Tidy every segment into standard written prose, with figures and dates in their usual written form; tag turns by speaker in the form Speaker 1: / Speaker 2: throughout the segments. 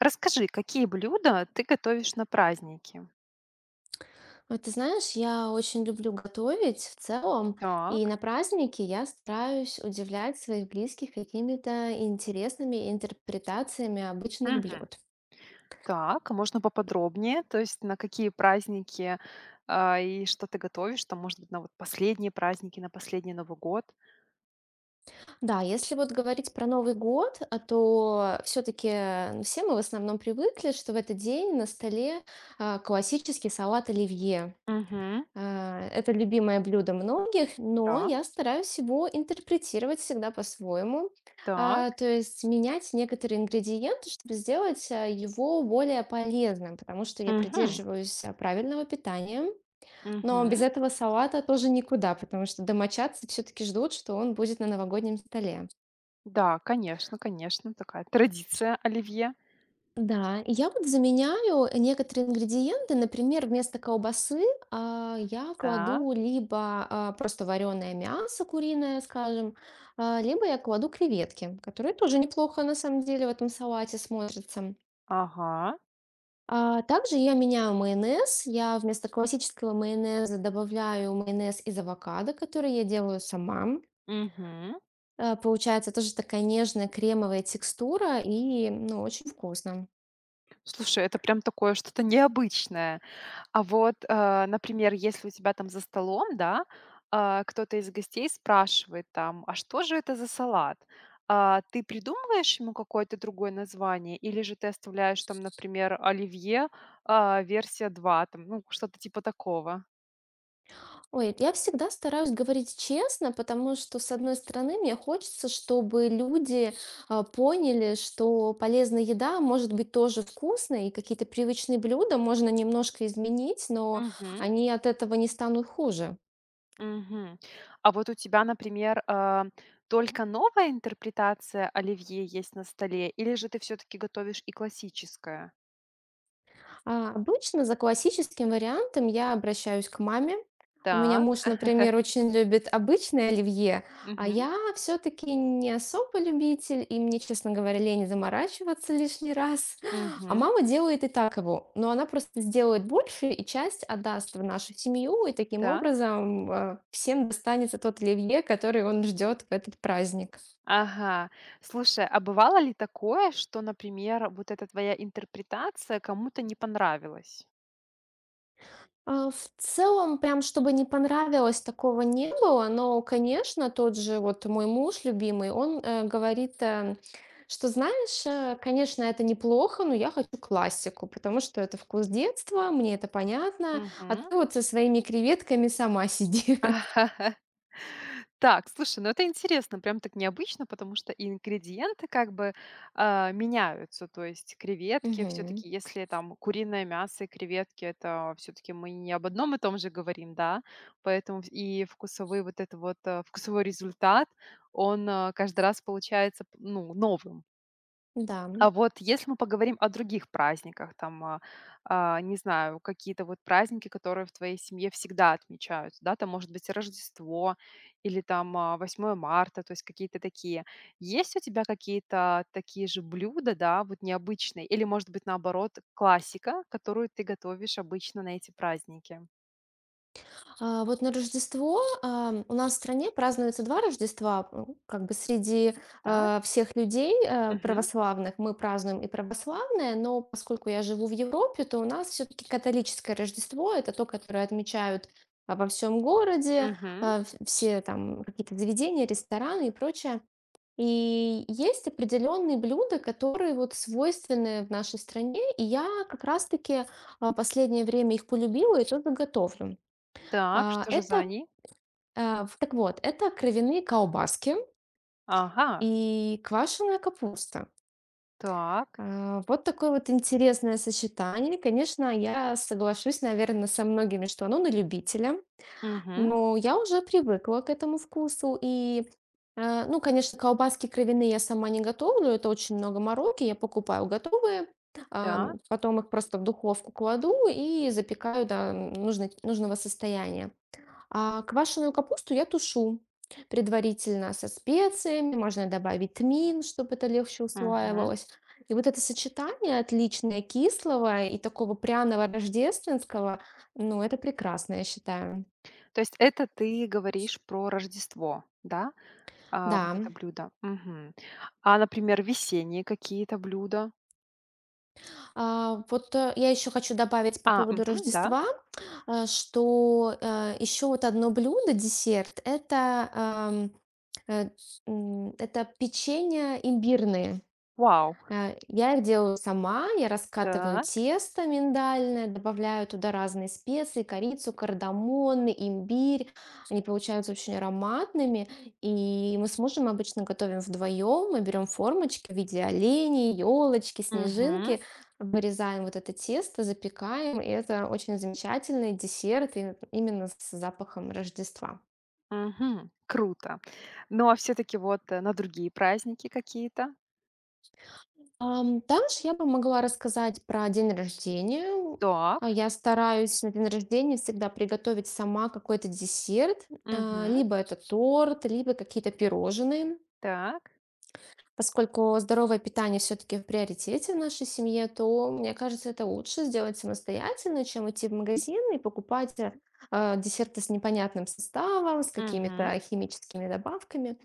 Speaker 1: Расскажи, какие блюда ты готовишь на праздники?
Speaker 2: Вот ты знаешь, я очень люблю готовить в целом, и на
Speaker 1: Так.
Speaker 2: праздники я стараюсь удивлять своих близких какими-то интересными интерпретациями обычных
Speaker 1: Мгм.
Speaker 2: блюд.
Speaker 1: Так, а можно поподробнее? То есть на какие праздники, и что ты готовишь? Там, может быть, на вот последние праздники, на последний Новый год?
Speaker 2: Да, если вот говорить про Новый год, а то все-таки все мы в основном привыкли, что в этот день на столе классический салат оливье.
Speaker 1: Угу.
Speaker 2: Это любимое блюдо многих, но
Speaker 1: Да.
Speaker 2: я стараюсь его интерпретировать всегда по-своему,
Speaker 1: Так.
Speaker 2: то есть менять некоторые ингредиенты, чтобы сделать его более полезным, потому что я
Speaker 1: Угу,
Speaker 2: придерживаюсь правильного питания, но
Speaker 1: угу.
Speaker 2: без этого салата тоже никуда, потому что домочадцы все-таки ждут, что он будет на новогоднем столе.
Speaker 1: Да, конечно, конечно, такая традиция оливье.
Speaker 2: Да, и я вот заменяю некоторые ингредиенты. Например, вместо колбасы, я
Speaker 1: Так.
Speaker 2: кладу либо, просто вареное мясо куриное, скажем, либо я кладу креветки, которые тоже неплохо на самом деле в этом салате смотрятся.
Speaker 1: Ага.
Speaker 2: Также я меняю майонез. Я вместо классического майонеза добавляю майонез из авокадо, который я делаю сама.
Speaker 1: Угу.
Speaker 2: Получается тоже такая нежная кремовая текстура и, ну, очень вкусно.
Speaker 1: Слушай, это прям такое что-то необычное. А вот, например, если у тебя там за столом, да, кто-то из гостей спрашивает там: "А что же это за салат?" Ты придумываешь ему какое-то другое название или же ты оставляешь там, например, оливье, версия 2, там, ну, что-то типа такого?
Speaker 2: Ой, я всегда стараюсь говорить честно, потому что, с одной стороны, мне хочется, чтобы люди поняли, что полезная еда может быть тоже вкусной, и какие-то привычные блюда можно немножко изменить, но
Speaker 1: Мгм,
Speaker 2: они от этого не станут хуже.
Speaker 1: мгм. А вот у тебя, например, только новая интерпретация оливье есть на столе или же ты все таки готовишь и классическое?
Speaker 2: Обычно за классическим вариантом я обращаюсь к маме. У меня
Speaker 1: Так.
Speaker 2: муж, например, очень любит обычное оливье, а
Speaker 1: Мгм,
Speaker 2: я все-таки не особо любитель, и мне, честно говоря, лень заморачиваться лишний раз. А
Speaker 1: мгм.
Speaker 2: мама делает и так его, но она просто сделает больше и часть отдаст в нашу семью, и таким
Speaker 1: Так.
Speaker 2: образом всем достанется тот оливье, который он ждет в этот праздник.
Speaker 1: Ага. Слушай, а бывало ли такое, что, например, вот эта твоя интерпретация кому-то не понравилась?
Speaker 2: В целом, прям чтобы не понравилось, такого не было, но, конечно, тот же вот мой муж любимый, он говорит, что, знаешь, конечно, это неплохо, но я хочу классику, потому что это вкус детства, мне это понятно, а
Speaker 1: Мгм.
Speaker 2: ты вот со своими креветками сама сиди.
Speaker 1: Так, слушай, ну это интересно, прям так необычно, потому что и ингредиенты как бы, меняются. То есть креветки все
Speaker 2: Мгм.
Speaker 1: таки, если там куриное мясо и креветки, это все таки мы не об одном и том же говорим, да. Поэтому и вкусовой вот это вот, вкусовой результат, он, каждый раз получается, ну, новым.
Speaker 2: Да.
Speaker 1: А вот если мы поговорим о других праздниках, там, не знаю, какие-то вот праздники, которые в твоей семье всегда отмечаются, да, там может быть Рождество или там 8 марта, то есть какие-то такие. Есть у тебя какие-то такие же блюда, да, вот необычные, или может быть наоборот классика, которую ты готовишь обычно на эти праздники?
Speaker 2: Вот на Рождество, у нас в стране празднуется 2 Рождества.
Speaker 1: Так.
Speaker 2: Всех людей,
Speaker 1: Угу.
Speaker 2: православных, мы празднуем и православное, но поскольку я живу в Европе, то у нас все таки католическое Рождество — это то, которое отмечают, во всем городе,
Speaker 1: Угу.
Speaker 2: в все там какие-то заведения, рестораны и прочее. И есть определенные блюда, которые вот свойственны в нашей стране, и я как раз таки, последнее время их полюбила и тоже готовлю.
Speaker 1: Так,
Speaker 2: А,
Speaker 1: что же за
Speaker 2: это
Speaker 1: они?
Speaker 2: это кровяные колбаски
Speaker 1: Ага,
Speaker 2: и квашеная капуста.
Speaker 1: так.
Speaker 2: Вот такое вот интересное сочетание. Конечно, я соглашусь, наверное, со многими, что оно на любителя,
Speaker 1: Угу.
Speaker 2: но я уже привыкла к этому вкусу. И, ну, конечно, колбаски кровяные я сама не готовлю, это очень много мороки. Я покупаю готовые,
Speaker 1: Так.
Speaker 2: потом их просто в духовку кладу и запекаю до нужной нужного состояния. А квашеную капусту я тушу предварительно со специями, можно добавить тмин, чтобы это легче
Speaker 1: Угу.
Speaker 2: усваивалось. И вот это сочетание отличное кислого и такого пряного рождественского, ну, это прекрасно, я считаю.
Speaker 1: То есть это ты говоришь про Рождество, да? Вот
Speaker 2: Да.
Speaker 1: это блюдо. Мгм. А, например, весенние какие-то блюда?
Speaker 2: Я еще хочу добавить по
Speaker 1: А,
Speaker 2: поводу
Speaker 1: мгм, да.
Speaker 2: Рождества, что еще вот одно блюдо, десерт, э, это печенье имбирные.
Speaker 1: Вау.
Speaker 2: Я их делаю сама, я раскатываю
Speaker 1: Так.
Speaker 2: тесто миндальное, добавляю туда разные специи, корицу, кардамон, имбирь. Они получаются очень ароматными, и мы с мужем обычно готовим вдвоем. Мы берем формочки в виде оленей, елочки,
Speaker 1: Мгм.
Speaker 2: снежинки, вырезаем вот это тесто, запекаем, и это очень замечательный десерт и именно с запахом Рождества.
Speaker 1: Мгм. Круто. Ну, а все-таки вот, на другие праздники какие-то?
Speaker 2: Дальше я бы могла рассказать про день рождения. А
Speaker 1: Так.
Speaker 2: я стараюсь на день рождения всегда приготовить сама какой-то десерт.
Speaker 1: Мгм.
Speaker 2: Либо это торт, либо какие-то пирожные.
Speaker 1: Так.
Speaker 2: Поскольку здоровое питание все-таки в приоритете в нашей семье, то, мне кажется, это лучше сделать самостоятельно, чем идти в магазин и покупать десерты с непонятным составом, с
Speaker 1: Мгм.
Speaker 2: какими-то химическими добавками.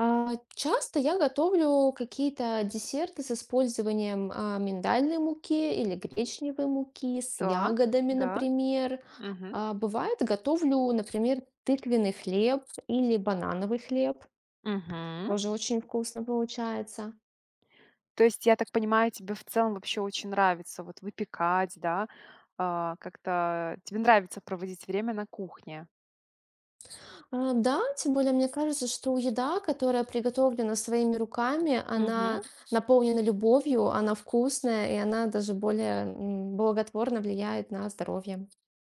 Speaker 2: А, Часто я готовлю какие-то десерты с использованием, миндальной муки или гречневой муки, с
Speaker 1: Так.
Speaker 2: ягодами,
Speaker 1: Да.
Speaker 2: например.
Speaker 1: Угу.
Speaker 2: Бывает, готовлю, например, тыквенный хлеб или банановый хлеб.
Speaker 1: Мгм.
Speaker 2: Тоже очень вкусно получается.
Speaker 1: То есть, я так понимаю, тебе в целом вообще очень нравится вот выпекать, да? Как-то тебе нравится проводить время на кухне?
Speaker 2: Да, тем более мне кажется, что еда, которая приготовлена своими руками,
Speaker 1: Мгм.
Speaker 2: она наполнена любовью, она вкусная, и она даже более, благотворно влияет на здоровье.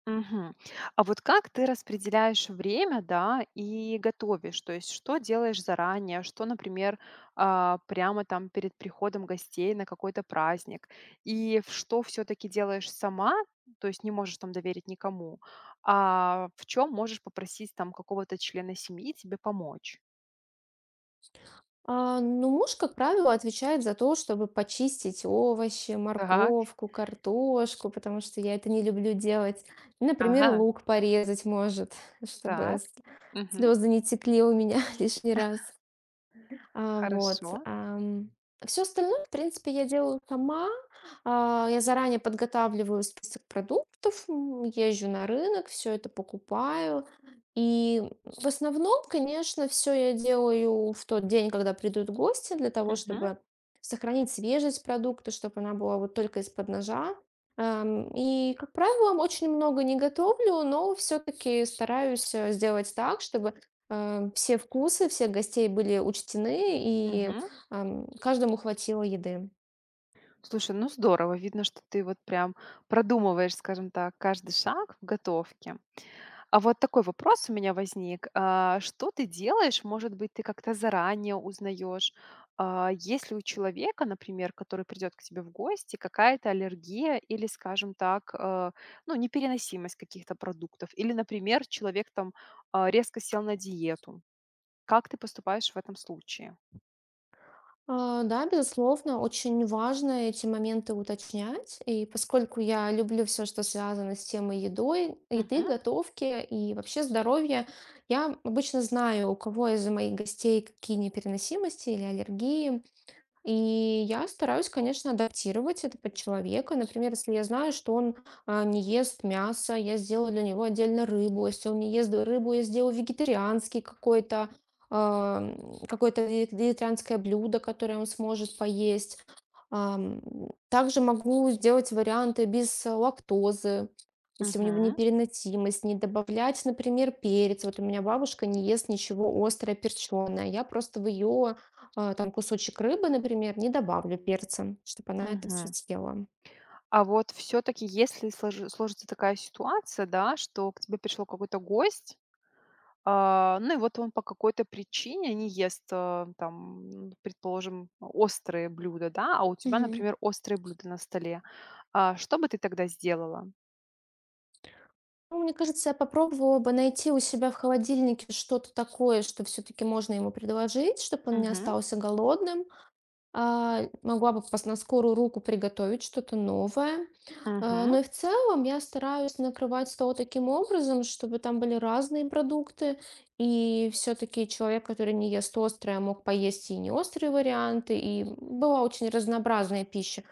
Speaker 1: Мгм. А вот как ты распределяешь время, да, и готовишь? То есть что делаешь заранее, что, например, прямо там перед приходом гостей на какой-то праздник? И в что все-таки делаешь сама, то есть не можешь там доверить никому, а в чем можешь попросить там какого-то члена семьи тебе помочь?
Speaker 2: Ну, муж, как правило, отвечает за то, чтобы почистить овощи,
Speaker 1: Так.
Speaker 2: морковку, картошку, потому что я это не люблю делать. И, например,
Speaker 1: Ага,
Speaker 2: лук порезать может, чтобы
Speaker 1: так.
Speaker 2: с-
Speaker 1: Мгм.
Speaker 2: слезы не текли у меня лишний раз. А, вот.
Speaker 1: Хорошо.
Speaker 2: Все остальное, в принципе, я делаю сама. Я заранее подготавливаю список продуктов, езжу на рынок, все это покупаю. И в основном, конечно, все я делаю в тот день, когда придут гости, для того,
Speaker 1: Мгм.
Speaker 2: чтобы сохранить свежесть продукта, чтобы она была вот только из-под ножа. И, как правило, очень много не готовлю, но все-таки стараюсь сделать так, чтобы все вкусы всех гостей были учтены, и,
Speaker 1: Мгм.
Speaker 2: каждому хватило еды.
Speaker 1: Слушай, ну здорово. Видно, что ты вот прям продумываешь, скажем так, каждый шаг в готовке. А вот такой вопрос у меня возник. Что ты делаешь? Может быть, ты как-то заранее узнаешь, есть ли у человека, например, который придет к тебе в гости, какая-то аллергия или, скажем так, ну, непереносимость каких-то продуктов? Или, например, человек там резко сел на диету. Как ты поступаешь в этом случае?
Speaker 2: Да, безусловно, очень важно эти моменты уточнять. И поскольку я люблю все что связано с темой еды,
Speaker 1: Мгм,
Speaker 2: готовки и вообще здоровья, я обычно знаю, у кого из моих гостей какие непереносимости или аллергии. И я стараюсь, конечно, адаптировать это под человека. Например, если я знаю, что он не ест мясо, я сделаю для него отдельно рыбу. Если он не ест рыбу, я сделаю вегетарианский какой-то а, м, какое-то ве- вегетарианское блюдо, которое он сможет поесть. Ам, Также могу сделать варианты без лактозы, если у него
Speaker 1: мгм,
Speaker 2: непереносимость, не добавлять, например, перец. Вот у меня бабушка не ест ничего острое, перченое. Я просто в ее там кусочек рыбы, например, не добавлю перца, чтобы она это все
Speaker 1: мгм.
Speaker 2: съела.
Speaker 1: А вот все таки, если сложится такая ситуация, да, что к тебе пришел какой-то гость, ну и вот он по какой-то причине не ест, предположим, острые блюда, да, а у тебя,
Speaker 2: Мгм.
Speaker 1: например, острые блюда на столе. Что бы ты тогда сделала?
Speaker 2: Ну, мне кажется, я попробовала бы найти у себя в холодильнике что-то такое, что все-таки можно ему предложить, чтобы он не
Speaker 1: Мгм,
Speaker 2: остался голодным. Могла бы на скорую руку приготовить что-то новое.
Speaker 1: мгм.
Speaker 2: Но и в целом я стараюсь накрывать стол таким образом, чтобы там были разные продукты. И все-таки человек, который не ест острое, мог поесть и не острые варианты. И была очень разнообразная пища.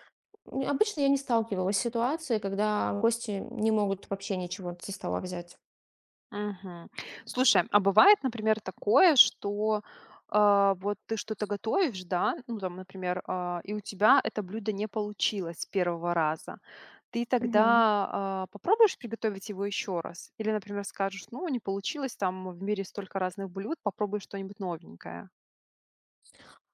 Speaker 2: Обычно я не сталкивалась с ситуацией, когда гости не могут вообще ничего со стола взять.
Speaker 1: Мгм. Слушай, а бывает, например, такое, что, вот ты что-то готовишь, да, ну, там, например, и у тебя это блюдо не получилось с 1 раза. Ты тогда,
Speaker 2: Мгм.
Speaker 1: попробуешь приготовить его еще раз? Или, например, скажешь: "Ну, не получилось, там в мире столько разных блюд, попробуй что-нибудь новенькое".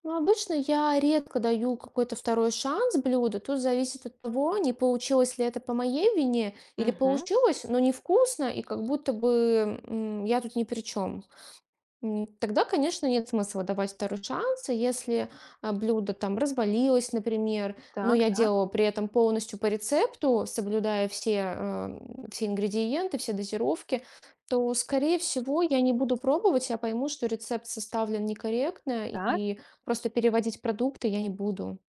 Speaker 2: Ну, обычно я редко даю какой-то второй шанс блюду. Тут зависит от того, не получилось ли это по моей вине, или
Speaker 1: Мгм.
Speaker 2: получилось, но невкусно, и как будто бы я тут ни при чем. Тогда, конечно, нет смысла давать второй шанс, и если блюдо там развалилось, например, но
Speaker 1: Так,
Speaker 2: я
Speaker 1: так,
Speaker 2: делала при этом полностью по рецепту, соблюдая все, все ингредиенты, все дозировки, то, скорее всего, я не буду пробовать, я пойму, что рецепт составлен некорректно,
Speaker 1: так.
Speaker 2: и просто переводить продукты я не буду.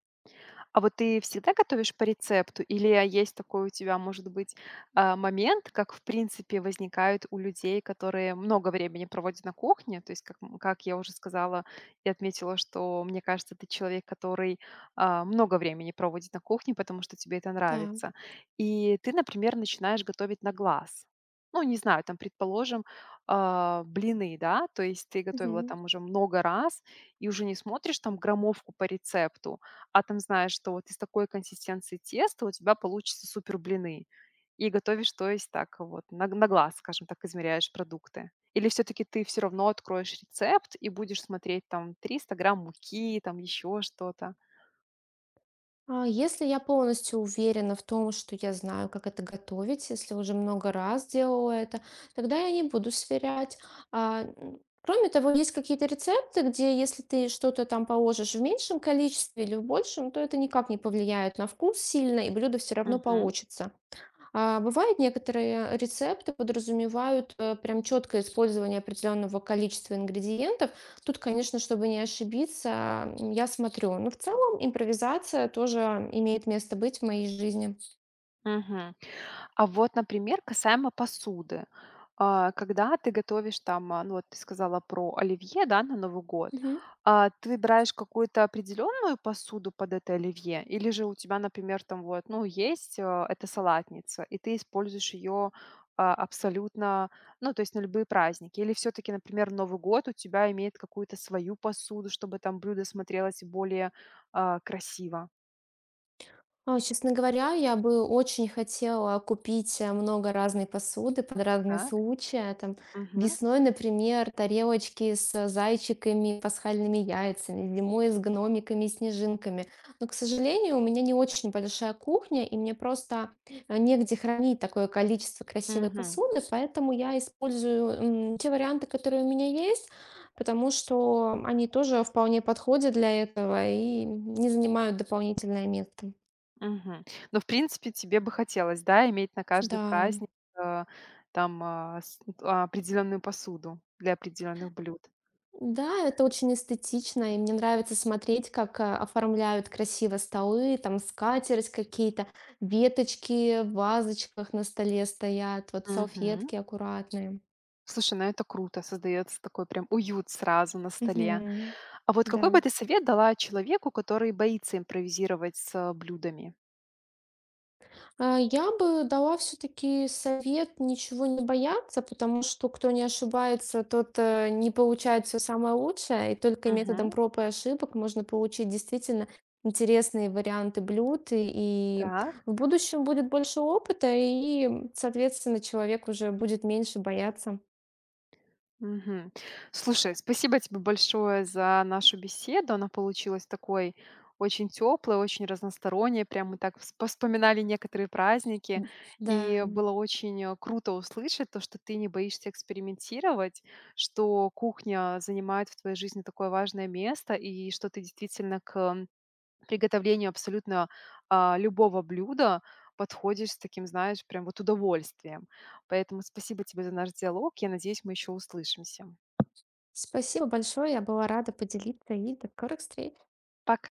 Speaker 1: А вот ты всегда готовишь по рецепту или есть такой у тебя, может быть, момент, как, в принципе, возникают у людей, которые много времени проводят на кухне? То есть, как, как я уже сказала и отметила, что, мне кажется, ты человек, который много времени проводит на кухне, потому что тебе это
Speaker 2: Да.
Speaker 1: нравится. И ты, например, начинаешь готовить на глаз. Ну, не знаю, там, предположим, блины, да, то есть ты готовила
Speaker 2: Мгм.
Speaker 1: там уже много раз и уже не смотришь там граммовку по рецепту, а там знаешь, что вот из такой консистенции теста у тебя получатся супер блины. И готовишь, то есть так вот на глаз, скажем так, измеряешь продукты. Или все-таки ты все равно откроешь рецепт и будешь смотреть там 300 грамм муки, там еще что-то.
Speaker 2: Если я полностью уверена в том, что я знаю, как это готовить, если уже много раз делала это, тогда я не буду сверять. Кроме того, есть какие-то рецепты, где если ты что-то там положишь в меньшем количестве или в большем, то это никак не повлияет на вкус сильно, и блюдо все равно получится. А бывают некоторые рецепты подразумевают, прям четкое использование определенного количества ингредиентов. Тут, конечно, чтобы не ошибиться, я смотрю. Но в целом импровизация тоже имеет место быть в моей жизни.
Speaker 1: Мгм. А вот, например, касаемо посуды. Когда ты готовишь там, ну вот ты сказала про оливье, да, на Новый год, ты выбираешь какую-то определенную посуду под это оливье, или же у тебя, например, там вот, ну, есть эта салатница, и ты используешь ее абсолютно, ну, то есть на любые праздники, или все-таки, например, Новый год у тебя имеет какую-то свою посуду, чтобы там блюдо смотрелось более красиво.
Speaker 2: Честно говоря, я бы очень хотела купить много разной посуды под разные
Speaker 1: Так.
Speaker 2: случаи. Там
Speaker 1: Мгм.
Speaker 2: весной, например, тарелочки с зайчиками, пасхальными яйцами, зимой с гномиками и снежинками. Но, к сожалению, у меня не очень большая кухня, и мне просто негде хранить такое количество красивой
Speaker 1: Мгм.
Speaker 2: посуды, поэтому я использую те варианты, которые у меня есть, потому что они тоже вполне подходят для этого и не занимают дополнительное место.
Speaker 1: Мгм. Ну, в принципе, тебе бы хотелось, да, иметь на каждый
Speaker 2: Да,
Speaker 1: праздник, э, определенную посуду для определенных блюд.
Speaker 2: да, это очень эстетично, и мне нравится смотреть, как оформляют красиво столы, там скатерть какие-то, веточки в вазочках на столе стоят, вот
Speaker 1: Мгм.
Speaker 2: салфетки аккуратные.
Speaker 1: Слушай, ну это круто, создается такой прям уют сразу на столе.
Speaker 2: Мгм.
Speaker 1: А вот какой бы
Speaker 2: Да.
Speaker 1: ты совет дала человеку, который боится импровизировать с блюдами?
Speaker 2: Я бы дала все-таки совет ничего не бояться, потому что кто не ошибается, тот не получает все самое лучшее, и только методом
Speaker 1: Мгм.
Speaker 2: проб и ошибок можно получить действительно интересные варианты блюд, и
Speaker 1: Так.
Speaker 2: в будущем будет больше опыта, и, соответственно, человек уже будет меньше бояться.
Speaker 1: Мгм. Слушай, спасибо тебе большое за нашу беседу. Она получилась такой очень теплой, очень разносторонней. Прям мы так повспоминали некоторые праздники.
Speaker 2: М, Да,
Speaker 1: И было очень круто услышать то, что ты не боишься экспериментировать, что кухня занимает в твоей жизни такое важное место, и что ты действительно к приготовлению абсолютно, любого блюда подходишь с таким, знаешь, прям вот удовольствием. Поэтому спасибо тебе за наш диалог. Я надеюсь, мы еще услышимся.
Speaker 2: спасибо большое, я была рада поделиться, и до скорых встреч.
Speaker 1: Пока.